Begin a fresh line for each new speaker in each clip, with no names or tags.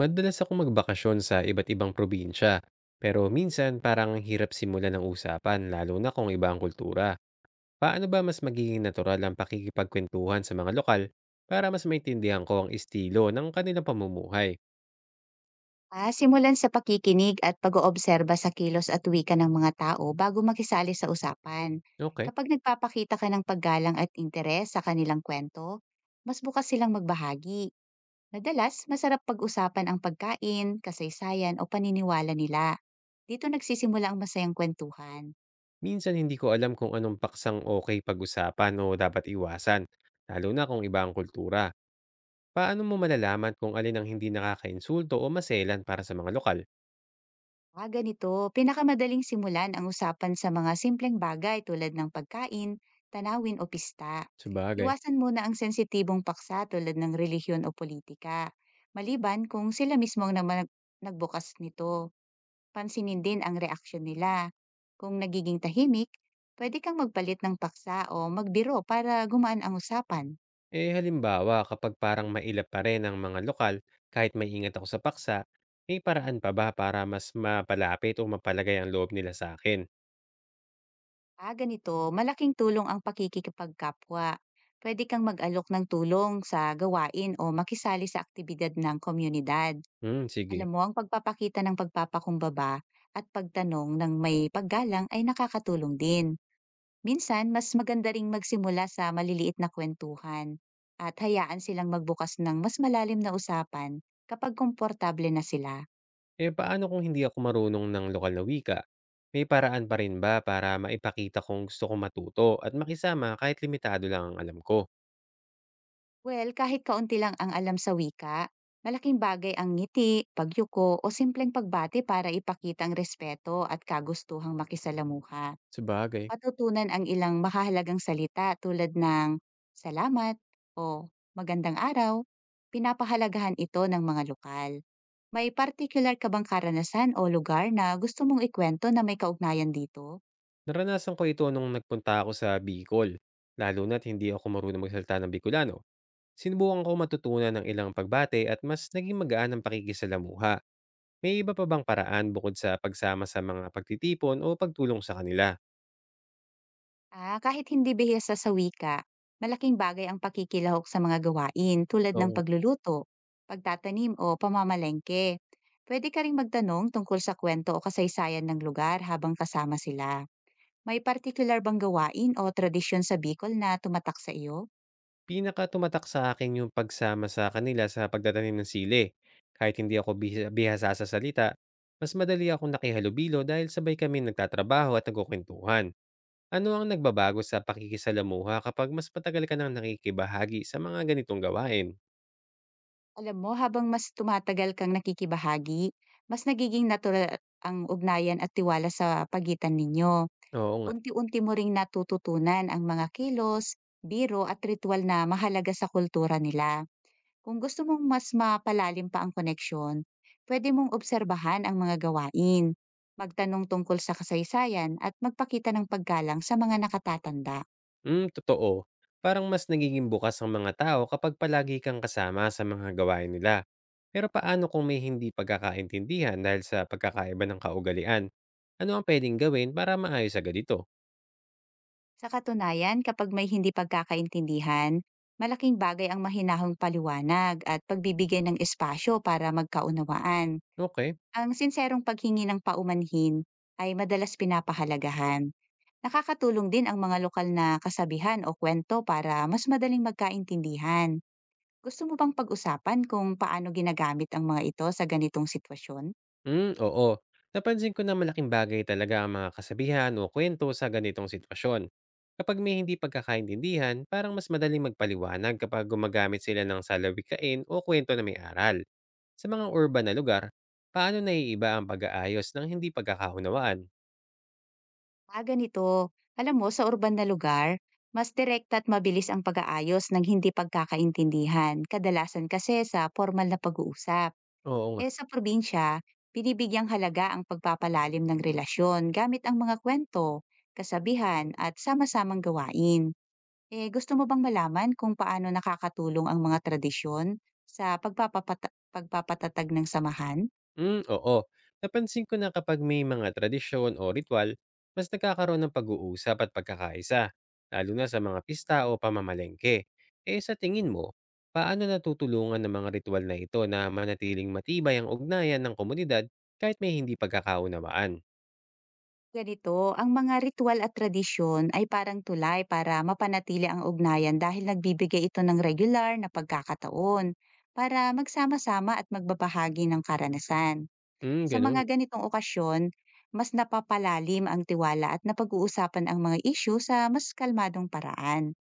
Madalas akong magbakasyon sa iba't ibang probinsya, pero minsan parang ang hirap simulan ng usapan lalo na kung iba ang kultura. Paano ba mas magiging natural ang pakikipagkwentuhan sa mga lokal para mas maintindihan ko ang estilo ng kanilang pamumuhay?
Simulan sa pakikinig at pag-oobserba sa kilos at wika ng mga tao bago makisali sa usapan.
Okay,
Kapag nagpapakita ka ng paggalang at interes sa kanilang kwento, mas bukas silang magbahagi. Madalas, masarap pag-usapan ang pagkain, kasaysayan o paniniwala nila. Dito nagsisimula ang masayang kwentuhan.
minsan hindi ko alam kung anong paksang okay pag-usapan o dapat iwasan, lalo na kung iba ang kultura. Paano mo malalaman kung alin ang hindi nakakainsulto o maselan para sa mga lokal?
Ah, ganito. Pinakamadaling simulan ang usapan sa mga simpleng bagay tulad ng pagkain, tanawin o pista.
Sabagay.
Iwasan muna ang sensitibong paksa tulad ng relihiyon o politika. Maliban kung sila mismo ang naman nagbukas nito, pansinin din ang reaksyon nila. Kung nagiging tahimik, pwede kang magpalit ng paksa o magbiro para gumaan ang usapan.
Eh, halimbawa, kapag parang mailap pa rin ang mga lokal, kahit may ingat ako sa paksa, may paraan pa ba para mas mapalapit o mapalagay ang loob nila sa akin?
Ah, ganito, malaking tulong ang pakikikipagkapwa. Pwede kang mag-alok ng tulong sa gawain o makisali sa aktibidad ng komunidad.
Hmm, sige.
Alam mo, ang pagpapakita ng pagpapakumbaba at pagtanong ng may paggalang ay nakakatulong din. Minsan, mas maganda ring magsimula sa maliliit na kwentuhan at hayaan silang magbukas ng mas malalim na usapan kapag komportable na sila.
Eh, paano kung hindi ako marunong ng lokal na wika? May paraan pa rin ba para maipakita kung gusto kong matuto at makisama kahit limitado lang ang alam ko?
Well, kahit kaunti lang ang alam sa wika, malaking bagay ang ngiti, pagyuko o simpleng pagbati para ipakitang respeto at kagustuhang makisalamuha.
Sabagay.
Patutunan ang ilang makahalagang salita tulad ng salamat o magandang araw. Pinapahalagahan ito ng mga lokal. May particular ka bang karanasan o lugar na gusto mong ikwento na may kaugnayan dito?
Naranasan ko ito nung nagpunta ako sa Bicol, lalo na't hindi ako marunong magsalita ng Bicolano. Sinubukan ko matutunan ng ilang pagbate at mas naging magaan ang pakikisalamuha. May iba pa bang paraan bukod sa pagsama sa mga pagtitipon o pagtulong sa kanila?
Kahit hindi bihasa sa wika, malaking bagay ang pakikilahok sa mga gawain tulad
Oo
ng
nga.
pagluluto, pagtatanim o pamamalengke. Pwede ka ring magtanong tungkol sa kwento o kasaysayan ng lugar habang kasama sila. May particular bang gawain o tradisyon sa Bicol na tumatak sa iyo?
Pinaka tumatak sa akin yung pagsama sa kanila sa pagtatanim ng sili. Kahit hindi ako bihasa sa salita, mas madali akong nakihalubilo dahil sabay kami nagtatrabaho at nagkukwentuhan. Ano ang nagbabago sa pakikisalamuha kapag mas matagal ka nang nakikibahagi sa mga ganitong gawain?
Alam mo, habang mas tumatagal kang nakikibahagi, mas nagiging natural ang ugnayan at tiwala sa pagitan ninyo.
Oo nga.
Unti-unti mo ring natututunan ang mga kilos, biro at ritual na mahalaga sa kultura nila. Kung gusto mong mas mapalalim pa ang koneksyon, pwede mong obserbahan ang mga gawain, magtanong tungkol sa kasaysayan at magpakita ng paggalang sa mga nakatatanda.
Hmm, totoo. Parang mas nagiging bukas ang mga tao kapag palagi kang kasama sa mga gawain nila. Pero paano kung may hindi pagkakaintindihan dahil sa pagkakaiba ng kaugalian? Ano ang pwedeng gawin para maayos agad ito?
Sa katunayan, kapag may hindi pagkakaintindihan, malaking bagay ang mahinahong paliwanag at pagbibigay ng espasyo para magkaunawaan.
Okay.
Ang sinserong paghingi ng paumanhin ay madalas pinapahalagahan. Nakakatulong din ang mga lokal na kasabihan o kwento para mas madaling magkaintindihan. Gusto mo bang pag-usapan kung paano ginagamit ang mga ito sa ganitong sitwasyon?
Hmm, oo. Napansin ko na malaking bagay talaga ang mga kasabihan o kwento sa ganitong sitwasyon. Kapag may hindi pagkakaintindihan, parang mas madaling magpaliwanag kapag gumagamit sila ng salawikain o kwento na may aral. Sa mga urban na lugar, paano naiiba ang pag-aayos ng hindi pagkakaunawaan?
Ah, ganito. Alam mo, sa urban na lugar, mas direkta at mabilis ang pag-aayos ng hindi pagkakaintindihan, kadalasan kasi sa formal na pag-uusap.
Oo.
Eh sa probinsya, binibigyang halaga ang pagpapalalim ng relasyon gamit ang mga kwento, kasabihan at sama-samang gawain. Eh, gusto mo bang malaman kung paano nakakatulong ang mga tradisyon sa pagpapatatag ng samahan?
Hmm, oo. Napansin ko na kapag may mga tradisyon o ritual, mas nagkakaroon ng pag-uusap at pagkakaisa, lalo na sa mga pista o pamamalengke. Eh sa tingin mo, paano natutulungan ng mga ritual na ito na manatiling matibay ang ugnayan ng komunidad kahit may hindi pagkakaunawaan?
Ganito, ang mga ritual at tradisyon ay parang tulay para mapanatili ang ugnayan dahil nagbibigay ito ng regular na pagkakataon para magsama-sama at magbabahagi ng karanasan.
Hmm,
Sa mga
ganun.
ganitong okasyon, mas napapalalim ang tiwala at napag-uusapan ang mga isyu sa mas kalmadong paraan.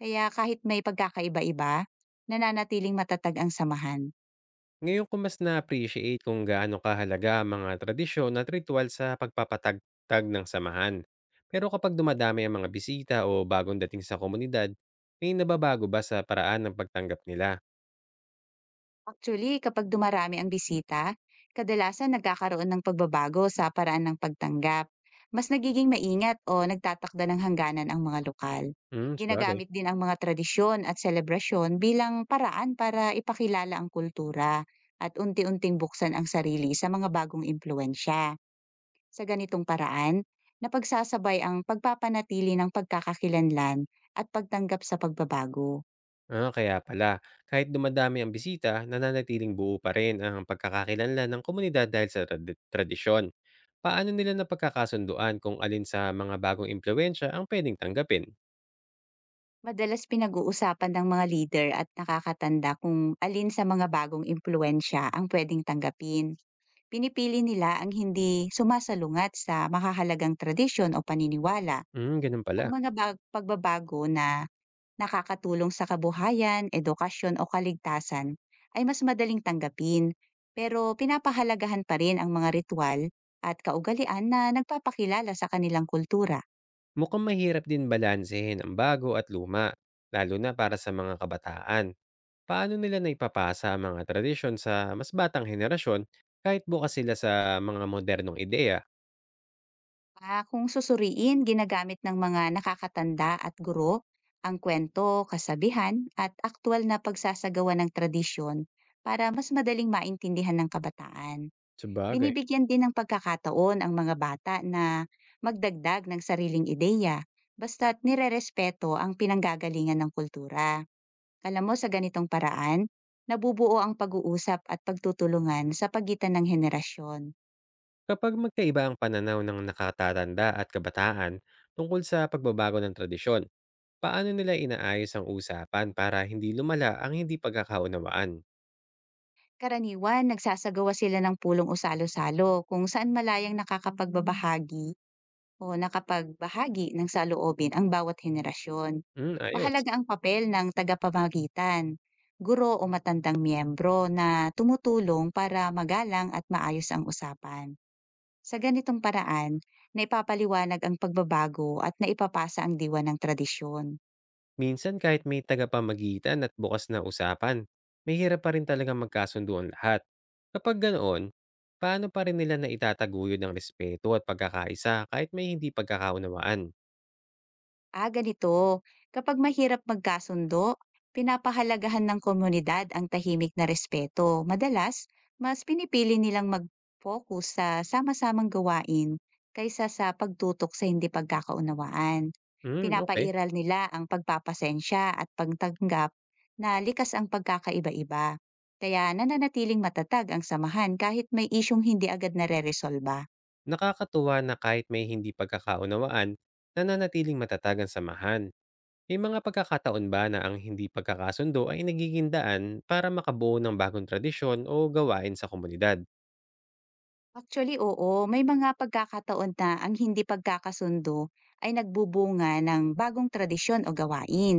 Kaya kahit may pagkakaiba-iba, nananatiling matatag ang samahan.
Ngayon ko mas na-appreciate kung gaano kahalaga ang mga tradisyon at ritual sa pagpapatatag ng samahan. Pero kapag dumadami ang mga bisita o bagong dating sa komunidad, may nababago ba sa paraan ng pagtanggap nila?
Actually, kapag dumarami ang bisita, kadalasan nagkakaroon ng pagbabago sa paraan ng pagtanggap. Mas nagiging maingat o nagtatakda ng hangganan ang mga lokal.
Hmm, sabagay.
Ginagamit din ang mga tradisyon at selebrasyon bilang paraan para ipakilala ang kultura at unti-unting buksan ang sarili sa mga bagong impluensya. Sa ganitong paraan, napagsasabay ang pagpapanatili ng pagkakakilanlan at pagtanggap sa pagbabago.
Ah, kaya pala, kahit dumadami ang bisita, nananatiling buo pa rin ang pagkakakilanlan ng komunidad dahil sa tradisyon. Paano nila napagkakasunduan kung alin sa mga bagong impluensya ang pwedeng tanggapin?
Madalas pinag-uusapan ng mga leader at nakakatanda kung alin sa mga bagong impluensya ang pwedeng tanggapin. Pinipili nila ang hindi sumasalungat sa makahalagang tradisyon o paniniwala.
Hmm, ganun
Ang
pala.
mga pagbabago na nakakatulong sa kabuhayan, edukasyon o kaligtasan ay mas madaling tanggapin pero pinapahalagahan pa rin ang mga ritual at kaugalian na nagpapakilala sa kanilang kultura.
Mukhang mahirap din balansehin ang bago at luma, lalo na para sa mga kabataan. Paano nila naipapasa ang mga tradisyon sa mas batang henerasyon kahit bukas sila sa mga modernong ideya?
Kung susuriin, ginagamit ng mga nakakatanda at guro ang kwento, kasabihan at aktwal na pagsasagawa ng tradisyon para mas madaling maintindihan ng kabataan.
Sabagay.
Binibigyan din ng pagkakataon ang mga bata na magdagdag ng sariling ideya basta't nirerespeto ang pinanggagalingan ng kultura. Alam mo, sa ganitong paraan, nabubuo ang pag-uusap at pagtutulungan sa pagitan ng henerasyon.
Kapag magkaiba ang pananaw ng nakatatanda at kabataan tungkol sa pagbabago ng tradisyon, paano nila inaayos ang usapan para hindi lumala ang hindi pagkakaunawaan?
Karaniwan, nagsasagawa sila ng pulong usalo-salo kung saan malayang nakakapagbabahagi o nakapagbahagi ng saloobin ang bawat henerasyon.
Hmm, ayos.
Mahalaga ang papel ng tagapamagitan, guro o matandang miyembro na tumutulong para magalang at maayos ang usapan. Sa ganitong paraan, naipapaliwanag ang pagbabago at naipapasa ang diwa ng tradisyon.
Minsan kahit may tagapamagitan at bukas na usapan, mahirap pa rin talaga magkasundo ang lahat. Kapag ganoon, paano pa rin nila naitataguyod ang respeto at pagkakaisa kahit may hindi pagkakaunawaan?
Ah, ganito. Kapag mahirap magkasundo, pinapahalagahan ng komunidad ang tahimik na respeto. Madalas, mas pinipili nilang mag-focus sa sama-samang gawain kaysa sa pagtutok sa hindi pagkakaunawaan.
Hmm, okay.
Pinapairal nila ang pagpapasensya at pagtanggap na likas ang pagkakaiba-iba. Kaya nananatiling matatag ang samahan kahit may isyong hindi agad nare-resolba.
Nakakatuwa na kahit may hindi pagkakaunawaan, nananatiling matatag ang samahan. May mga pagkakataon ba na ang hindi pagkakasundo ay nagiging daan para makabuo ng bagong tradisyon o gawain sa komunidad?
Actually, oo. May mga pagkakataon na ang hindi pagkakasundo ay nagbubunga ng bagong tradisyon o gawain,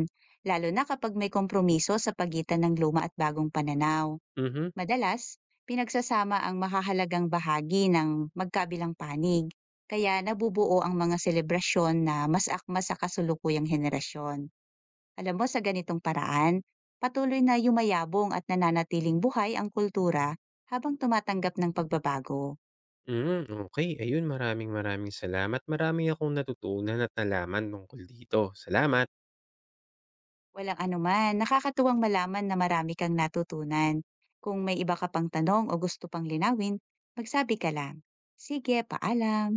lalo na kapag may kompromiso sa pagitan ng luma at bagong pananaw.
Mhm.
Madalas, pinagsasama ang makahalagang bahagi ng magkabilang panig, kaya nabubuo ang mga selebrasyon na mas akma sa kasulukuyang henerasyon. Alam mo, sa ganitong paraan, patuloy na yumayabong at nananatiling buhay ang kultura habang tumatanggap ng pagbabago.
Hmm, okay. Ayun, maraming maraming salamat. Marami akong natutunan at nalaman tungkol dito. Salamat.
Walang anuman, nakakatuwang malaman na marami kang natutunan. Kung may iba ka pang tanong o gusto pang linawin, magsabi ka lang. Sige, paalam!